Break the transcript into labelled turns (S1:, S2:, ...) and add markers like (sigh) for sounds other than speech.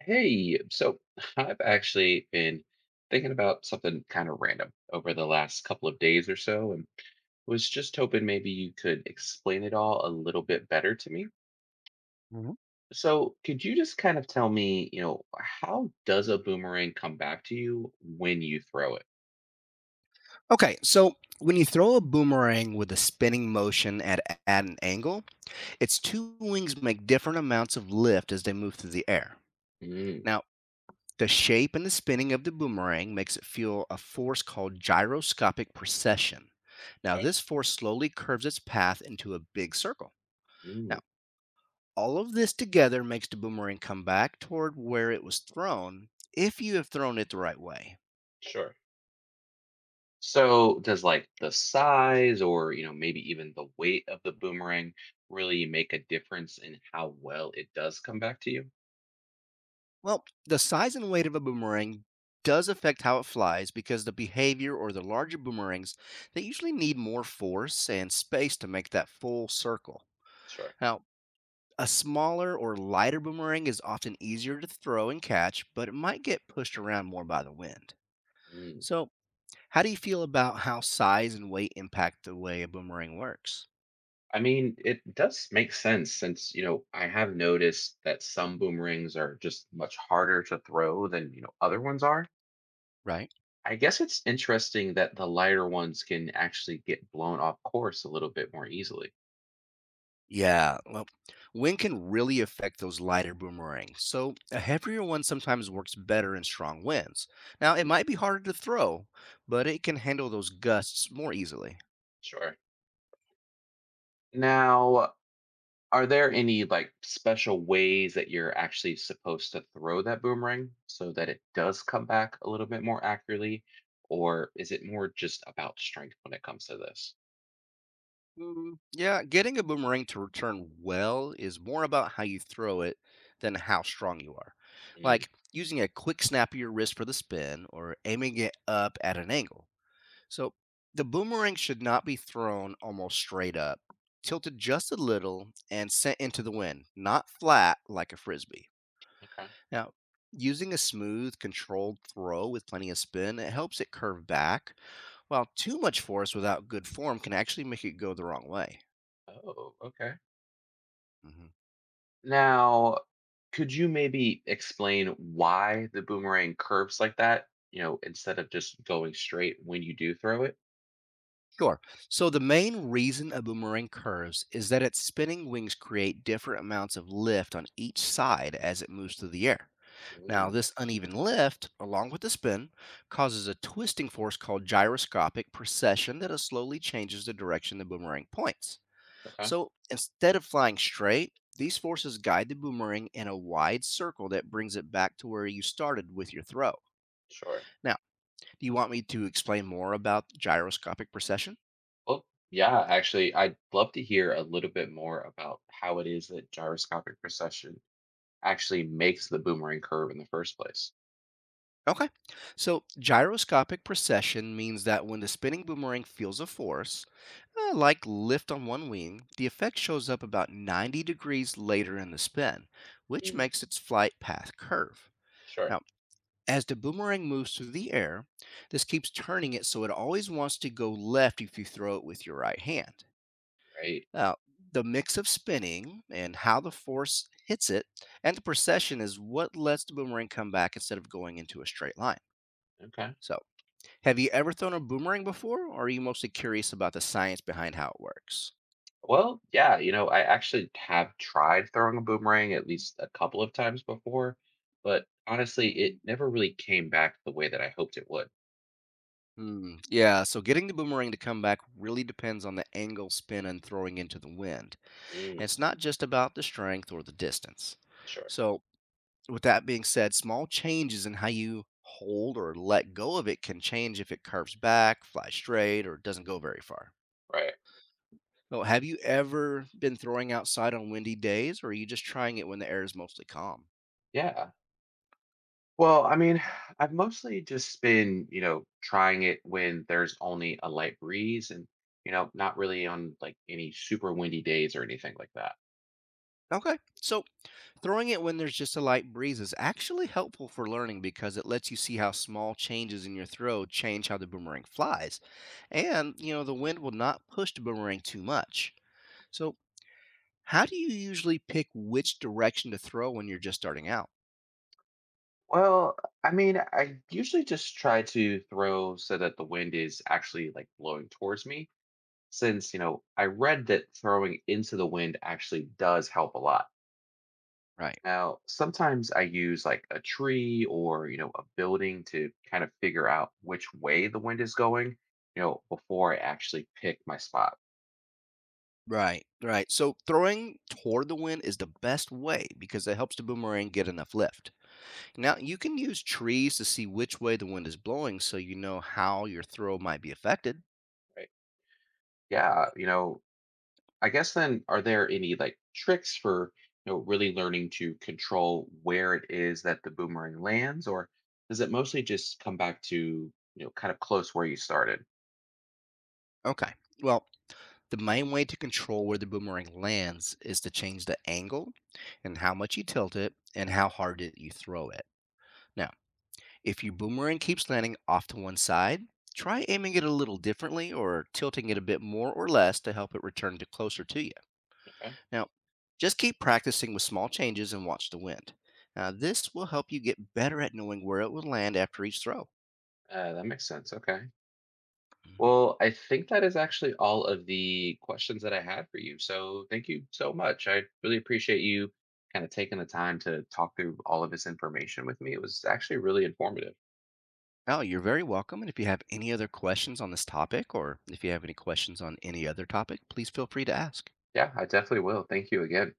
S1: Hey, so I've actually been thinking about something kind of random over the last couple of days or so, and was just hoping maybe you could explain it all a little bit better to me.
S2: Mhm.
S1: So, could you just kind of tell me, how does a boomerang come back to you when you throw it?
S2: Okay, so when you throw a boomerang with a spinning motion at an angle, its two wings make different amounts of lift as they move through the air.
S1: Mm,
S2: Now, the shape and the spinning of the boomerang makes it feel a force called gyroscopic precession. Now,
S1: okay.
S2: this force slowly curves its path into a big circle. Now,
S1: Mm,
S2: all of this together makes the boomerang come back toward where it was thrown if you have thrown it the right way.
S1: sure. So, does like the size or, maybe even the weight of the boomerang really make a difference in how well it does come back to you?
S2: Well, the size and weight of a boomerang does affect how it flies because the behavior or the larger boomerangs, they usually need more force and space to make that full circle.
S1: Sure.
S2: Now, a smaller or lighter boomerang is often easier to throw and catch, but it might get pushed around more by the wind.
S1: Mm.
S2: So, how do you feel about how size and weight impact the way a boomerang works?
S1: I mean, it does make sense since, I have noticed that some boomerangs are just much harder to throw than, other ones are.
S2: Right?
S1: I guess it's interesting that the lighter ones can actually get blown off course a little bit more easily.
S2: Yeah, well, wind can really affect those lighter boomerangs. So, a heavier one sometimes works better in strong winds. Now, it
S1: Mm,
S2: might be harder to throw, but it can handle those gusts more easily.
S1: sure. Now, are there any like special ways that you're actually supposed to throw that boomerang so that it does come back a little bit more accurately? Or is it more just about strength when it comes to this?
S2: Mm, yeah, getting a boomerang to return well is more about how you throw it than how strong you are.
S1: Mm.
S2: Like using a quick snap of your wrist for the spin or aiming it up at an angle. So the boomerang should not be thrown almost straight up, tilted just a little and sent into the wind, not flat like a frisbee.
S1: Okay.
S2: Now, using a smooth, controlled throw with plenty of spin, it helps it curve back, while too much force without good form can actually make it go the wrong way.
S1: Oh, okay.
S2: Mhm.
S1: Now, could you maybe explain why the boomerang curves like that? Instead of just going straight when you do throw it?
S2: Sure. So the main reason a boomerang curves is that its spinning wings create different amounts of lift on each side as it moves through the air. Now,
S1: Mm,
S2: this uneven lift, along with the spin, causes a twisting force called gyroscopic precession that slowly changes the direction the boomerang points.
S1: okay,
S2: So instead of flying straight, these forces guide the boomerang in a wide circle that brings it back to where you started with your throw.
S1: sure.
S2: Now, do you want me to explain more about gyroscopic precession?
S1: Well, yeah, actually, I'd love to hear a little bit more about how it is that gyroscopic precession actually makes the boomerang curve in the first place.
S2: Okay. So gyroscopic precession means that when the spinning boomerang feels a force, like lift on one wing, the effect shows up about 90 degrees later in the spin, which
S1: Mm,
S2: makes its flight path curve.
S1: sure.
S2: Now, as the boomerang moves through the air, this keeps turning it so it always wants to go left if you throw it with your right hand.
S1: Right.
S2: Now, the mix of spinning and how the force hits it and the precession is what lets the boomerang come back instead of going into a straight line.
S1: Okay.
S2: So, have you ever thrown a boomerang before, or are you mostly curious about the science behind how it works?
S1: Well, yeah, I actually have tried throwing a boomerang at least a couple of times before, but honestly, it never really came back the way that I hoped it would.
S2: Hmm. Yeah, so getting the boomerang to come back really depends on the angle, spin, and throwing into the wind. And
S1: Mm,
S2: it's not just about the strength or the distance.
S1: sure.
S2: So, with that being said, small changes in how you hold or let go of it can change if it curves back, flies straight, or doesn't go very far.
S1: Right.
S2: So, have you ever been throwing outside on windy days, or are you just trying it when the air is mostly calm?
S1: Yeah. Well, I mean, (sighs) I've mostly just been, trying it when there's only a light breeze and, not really on like any super windy days or anything like that.
S2: Okay. So, throwing it when there's just a light breeze is actually helpful for learning because it lets you see how small changes in your throw change how the boomerang flies.
S1: Sure.
S2: And, you know, the wind will not push the boomerang too much. So, how do you usually pick which direction to throw when you're just starting out?
S1: Well, I mean, I usually just try to throw so that the wind is actually like blowing towards me, since I read that throwing into the wind actually does help a lot.
S2: Right.
S1: Now, sometimes I use like a tree or, a building to kind of figure out which way the wind is going, before I actually pick my spot.
S2: Right, right. So throwing toward the wind is the best way because it helps the boomerang get enough lift. Now, you can use trees to see which way the wind is blowing so you know how your throw might be affected.
S1: Right, yeah. I guess then, are there any like tricks for, really learning to control where it is that the boomerang lands, or does it mostly just come back to, kind of close where you started?
S2: Okay. Well, the main way to control where the boomerang lands is to change the angle and how much you tilt it and how hard it you throw it. Now, if your boomerang keeps landing off to one side, try aiming it a little differently or tilting it a bit more or less to help it return to closer to you.
S1: Okay.
S2: Now, just keep practicing with small changes and watch the wind. Now, this will help you get better at knowing where it will land after each throw.
S1: That makes sense. Okay.
S2: Mm-hmm.
S1: Well, I think that is actually all of the questions that I had for you. So thank you so much. I really appreciate you kind of taking the time to talk through all of this information with me. It was actually really informative.
S2: Oh, you're very welcome. And if you have any other questions on this topic, or if you have any questions on any other topic, please feel free to ask.
S1: Yeah, I definitely will. Thank you again.